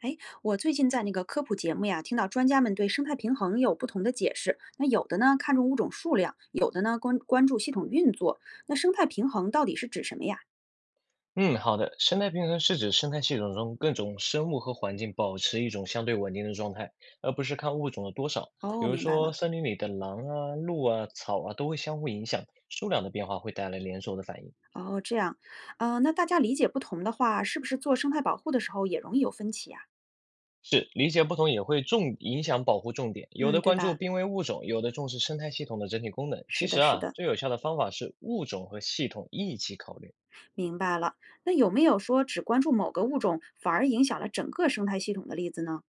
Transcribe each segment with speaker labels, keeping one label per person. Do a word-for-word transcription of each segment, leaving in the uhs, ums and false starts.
Speaker 1: 哎，我最近在那个科普节目呀，听到专家们对生态平衡有不同的解释。那有的呢看重物种数量，有的呢关关注系统运作。那生态平衡到底是指什么呀？
Speaker 2: 嗯，好的。生态平衡是指生态系统中各种生物和环境保持一种相对稳定的状态，而不是看物种的多少。比
Speaker 1: 哦，
Speaker 2: 如
Speaker 1: 明白了。
Speaker 2: 说，森林里的狼啊、鹿啊、草啊都会相互影响，数量的变化会带来连锁的反应。
Speaker 1: 哦，这样，呃，那大家理解不同的话，是不是做生态保护的时候也容易有分歧呀？
Speaker 2: 是，理解不同也会重影响保护重点。有
Speaker 1: 嗯，
Speaker 2: 的
Speaker 1: 对
Speaker 2: 关注
Speaker 1: 吧？
Speaker 2: 濒危物种，有的重视生态系统的整体功能。其
Speaker 1: 是的，
Speaker 2: 实
Speaker 1: 是
Speaker 2: 啊，
Speaker 1: 的，
Speaker 2: 最有效的方法是物种和系统一起考虑。
Speaker 1: 明白了。那有没有说只关注某个物种，反而影响了整个生态系统的例子呢？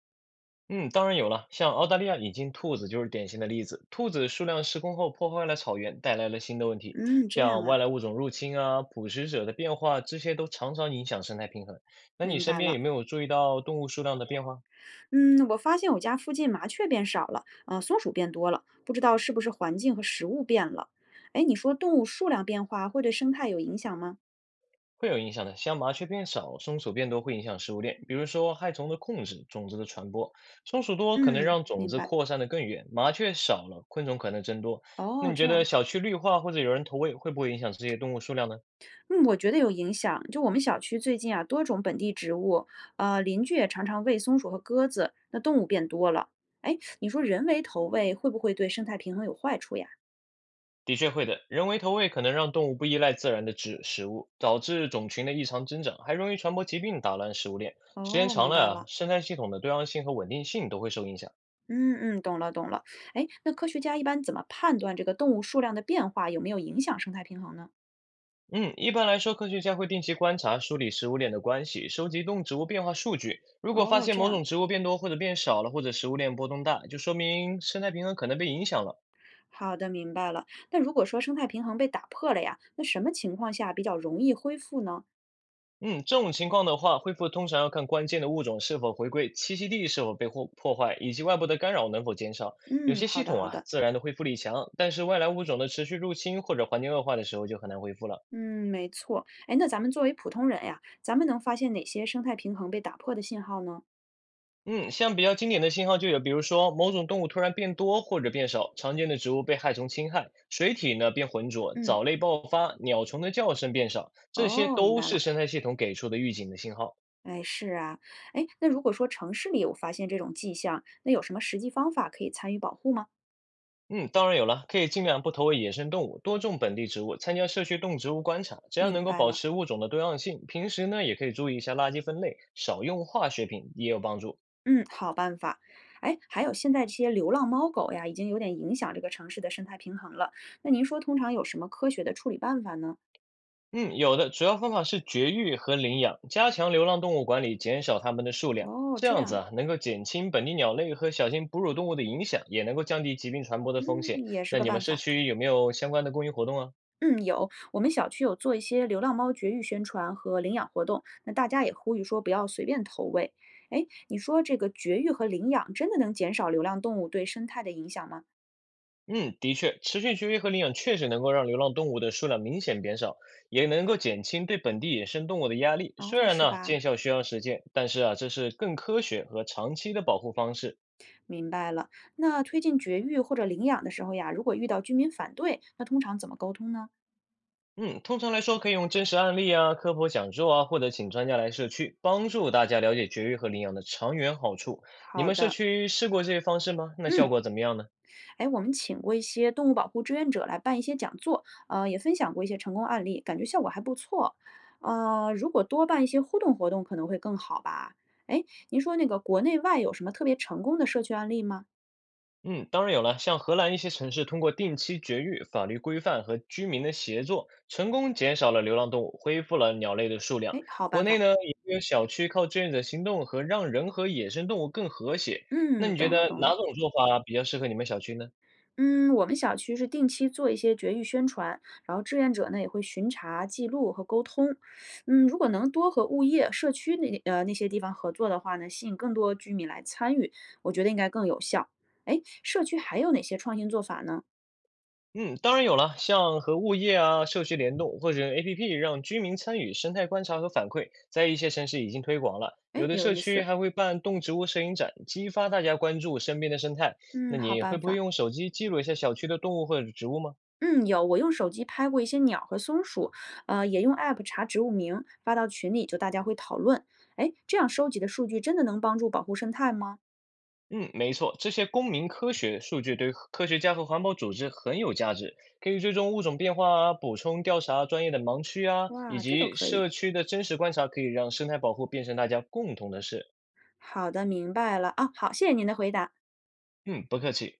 Speaker 2: 嗯，当然有了。像澳大利亚引进兔子就是典型的例子。兔子数量失控后，破坏了草原，带来了新的问题，
Speaker 1: 嗯，这样
Speaker 2: 像外
Speaker 1: 啊，
Speaker 2: 来物种入侵啊、捕食者的变化，这些都常常影响生态平衡。那你
Speaker 1: 明
Speaker 2: 身
Speaker 1: 白
Speaker 2: 边
Speaker 1: 了。
Speaker 2: 有没有注意到动物数量的变化？
Speaker 1: 嗯，我发现我家附近麻雀变少了，呃，松鼠变多了，不知道是不是环境和食物变了。哎，你说动物数量变化会对生态有影响吗？
Speaker 2: 会有影响的，像麻雀变少、松鼠变多，会影响食物链，比如说害虫的控制、种子的传播。松鼠多可能
Speaker 1: 嗯，
Speaker 2: 让种
Speaker 1: 明
Speaker 2: 子
Speaker 1: 白。
Speaker 2: 扩散得更远，麻雀少了，昆虫可能增多。那
Speaker 1: 哦，
Speaker 2: 你觉
Speaker 1: 这样，
Speaker 2: 得小区绿化或者有人投喂，会不会影响这些动物数量呢？
Speaker 1: 嗯，我觉得有影响。就我们小区最近啊，多种本地植物，呃，邻居也常常喂松鼠和鸽子，那动物变多了。哎，你说人为投喂会不会对生态平衡有坏处呀？
Speaker 2: 的确会的，人为投喂可能让动物不依赖自然的植食物，导致种群的异常增长，还容易传播疾病，打乱食物链。时间
Speaker 1: 哦，
Speaker 2: 长
Speaker 1: 明
Speaker 2: 了
Speaker 1: 白
Speaker 2: 啊，
Speaker 1: 了。
Speaker 2: 生态系统的多样性和稳定性都会受影响。
Speaker 1: 嗯嗯，懂了懂了。哎，那科学家一般怎么判断这个动物数量的变化有没有影响生态平衡呢？
Speaker 2: 嗯，一般来说，科学家会定期观察、梳理食物链的关系，收集动植物变化数据。如果发
Speaker 1: 哦，
Speaker 2: 现
Speaker 1: 这
Speaker 2: 某
Speaker 1: 样，
Speaker 2: 种植物变多或者变少了，或者食物链波动大，就说明生态平衡可能被影响了。
Speaker 1: 好的，明白了。那如果说生态平衡被打破了呀，那什么情况下比较容易恢复呢？
Speaker 2: 嗯，这种情况的话，恢复通常要看关键的物种是否回归，栖息地是否被破破坏，以及外部的干扰能否减少。有
Speaker 1: 嗯，
Speaker 2: 些
Speaker 1: 好
Speaker 2: 系
Speaker 1: 的，
Speaker 2: 统
Speaker 1: 好
Speaker 2: 啊，
Speaker 1: 的，
Speaker 2: 自然的恢复力强，但是外来物种的持续入侵或者环境恶化的时候就很难恢复了。
Speaker 1: 嗯，没错。哎，那咱们作为普通人呀，咱们能发现哪些生态平衡被打破的信号呢？
Speaker 2: 嗯，像比较经典的信号就有，比如说某种动物突然变多或者变少，常见的植物被害虫侵害，水体呢变浑浊，
Speaker 1: 嗯，
Speaker 2: 藻类爆发，鸟虫的叫声变少，这些
Speaker 1: 哦，明
Speaker 2: 都
Speaker 1: 白
Speaker 2: 是
Speaker 1: 了。
Speaker 2: 生态系统给出的预警的信号。
Speaker 1: 哎，是啊，哎，那如果说城市里有发现这种迹象，那有什么实际方法可以参与保护吗？
Speaker 2: 嗯，当然有了，可以尽量不投喂野生动物，多种本地植物，参加社区动植物观察，只要能
Speaker 1: 明
Speaker 2: 够
Speaker 1: 白
Speaker 2: 保
Speaker 1: 了。
Speaker 2: 持物种的多样性。平时呢，也可以注意一下垃圾分类，少用化学品也有帮助。
Speaker 1: 嗯，好办法。哎，还有现在这些流浪猫狗呀，已经有点影响这个城市的生态平衡了。那您说通常有什么科学的处理办法呢？
Speaker 2: 嗯，有的主要方法是绝育和领养，加强流浪动物管理，减少它们的数量，
Speaker 1: 哦，
Speaker 2: 这
Speaker 1: 这
Speaker 2: 样子
Speaker 1: 样，
Speaker 2: 啊，能够减轻本地鸟类和小型哺乳动物的影响，也能够降低疾病传播的风
Speaker 1: 嗯，
Speaker 2: 险。
Speaker 1: 也是
Speaker 2: 那
Speaker 1: 个
Speaker 2: 你们
Speaker 1: 办
Speaker 2: 社
Speaker 1: 法。
Speaker 2: 区有没有相关的公益活动啊？
Speaker 1: 嗯，有，我们小区有做一些流浪猫绝育宣传和领养活动，那大家也呼吁说不要随便投喂。哎，你说这个绝育和领养真的能减少流浪动物对生态的影响吗？
Speaker 2: 嗯，的确，持续绝育和领养确实能够让流浪动物的数量明显减少，也能够减轻对本地野生动物的压力。虽
Speaker 1: 哦，
Speaker 2: 然
Speaker 1: 是
Speaker 2: 呢，
Speaker 1: 吧？
Speaker 2: 见效需要时间，但是啊，这是更科学和长期的保护方式。
Speaker 1: 明白了。那推进绝育或者领养的时候呀，如果遇到居民反对，那通常怎么沟通呢？
Speaker 2: 嗯，通常来说，可以用真实案例啊、科普讲座啊，或者请专家来社区，帮助大家了解绝育和领养的长远好处。你
Speaker 1: 好
Speaker 2: 们社
Speaker 1: 的，
Speaker 2: 区试过这些方式吗？那效
Speaker 1: 嗯，
Speaker 2: 果怎么样呢？
Speaker 1: 哎，我们请过一些动物保护志愿者来办一些讲座，呃，也分享过一些成功案例，感觉效果还不错。呃，如果多办一些互动活动，可能会更好吧？哎，您说那个国内外有什么特别成功的社区案例吗？
Speaker 2: 嗯，当然有了。像荷兰一些城市通过定期绝育、法律规范和居民的协作，成功减少了流浪动物，恢复了鸟类的数量。
Speaker 1: 哎，好
Speaker 2: 国
Speaker 1: 办
Speaker 2: 内
Speaker 1: 法，
Speaker 2: 呢，也有小区靠志愿者行动和让人和野生动物更和谐。那
Speaker 1: 嗯，
Speaker 2: 你觉
Speaker 1: 懂了
Speaker 2: 得
Speaker 1: 懂
Speaker 2: 哪
Speaker 1: 了。
Speaker 2: 种做法比较适合你们小区呢？
Speaker 1: 嗯，我们小区是定期做一些绝育宣传，然后志愿者呢也会巡查、记录和沟通。嗯，如果能多和物业、社区那呃那些地方合作的话呢，吸引更多居民来参与，我觉得应该更有效。哎，社区还有哪些创新做法呢？
Speaker 2: 嗯，当然有了，像和物业啊、社区联动或者 A P P 让居民参与生态观察和反馈，在一些城市已经推广了。
Speaker 1: 哎，
Speaker 2: 有的
Speaker 1: 有
Speaker 2: 社
Speaker 1: 意
Speaker 2: 区
Speaker 1: 思。
Speaker 2: 还会办动植物摄影展，激发大家关注身边的生态。那
Speaker 1: 嗯，好
Speaker 2: 你会
Speaker 1: 办
Speaker 2: 不会
Speaker 1: 法。
Speaker 2: 用手机记录一下小区的动物或者植物吗？
Speaker 1: 嗯，有，我用手机拍过一些鸟和松鼠，呃，也用 app 查植物名，发到群里，就大家会讨论。哎，这样收集的数据真的能帮助保护生态吗？
Speaker 2: 嗯，没错，这些公民科学数据对科学家和环保组织很有价值，可以追踪物种变化啊，补充调查专业的盲区啊，以
Speaker 1: 哇，这都
Speaker 2: 及
Speaker 1: 可
Speaker 2: 社
Speaker 1: 以。
Speaker 2: 区的真实观察，可以让生态保护变成大家共同的事。
Speaker 1: 好的，明白了。啊，好，谢谢您的回答。
Speaker 2: 嗯，不客气。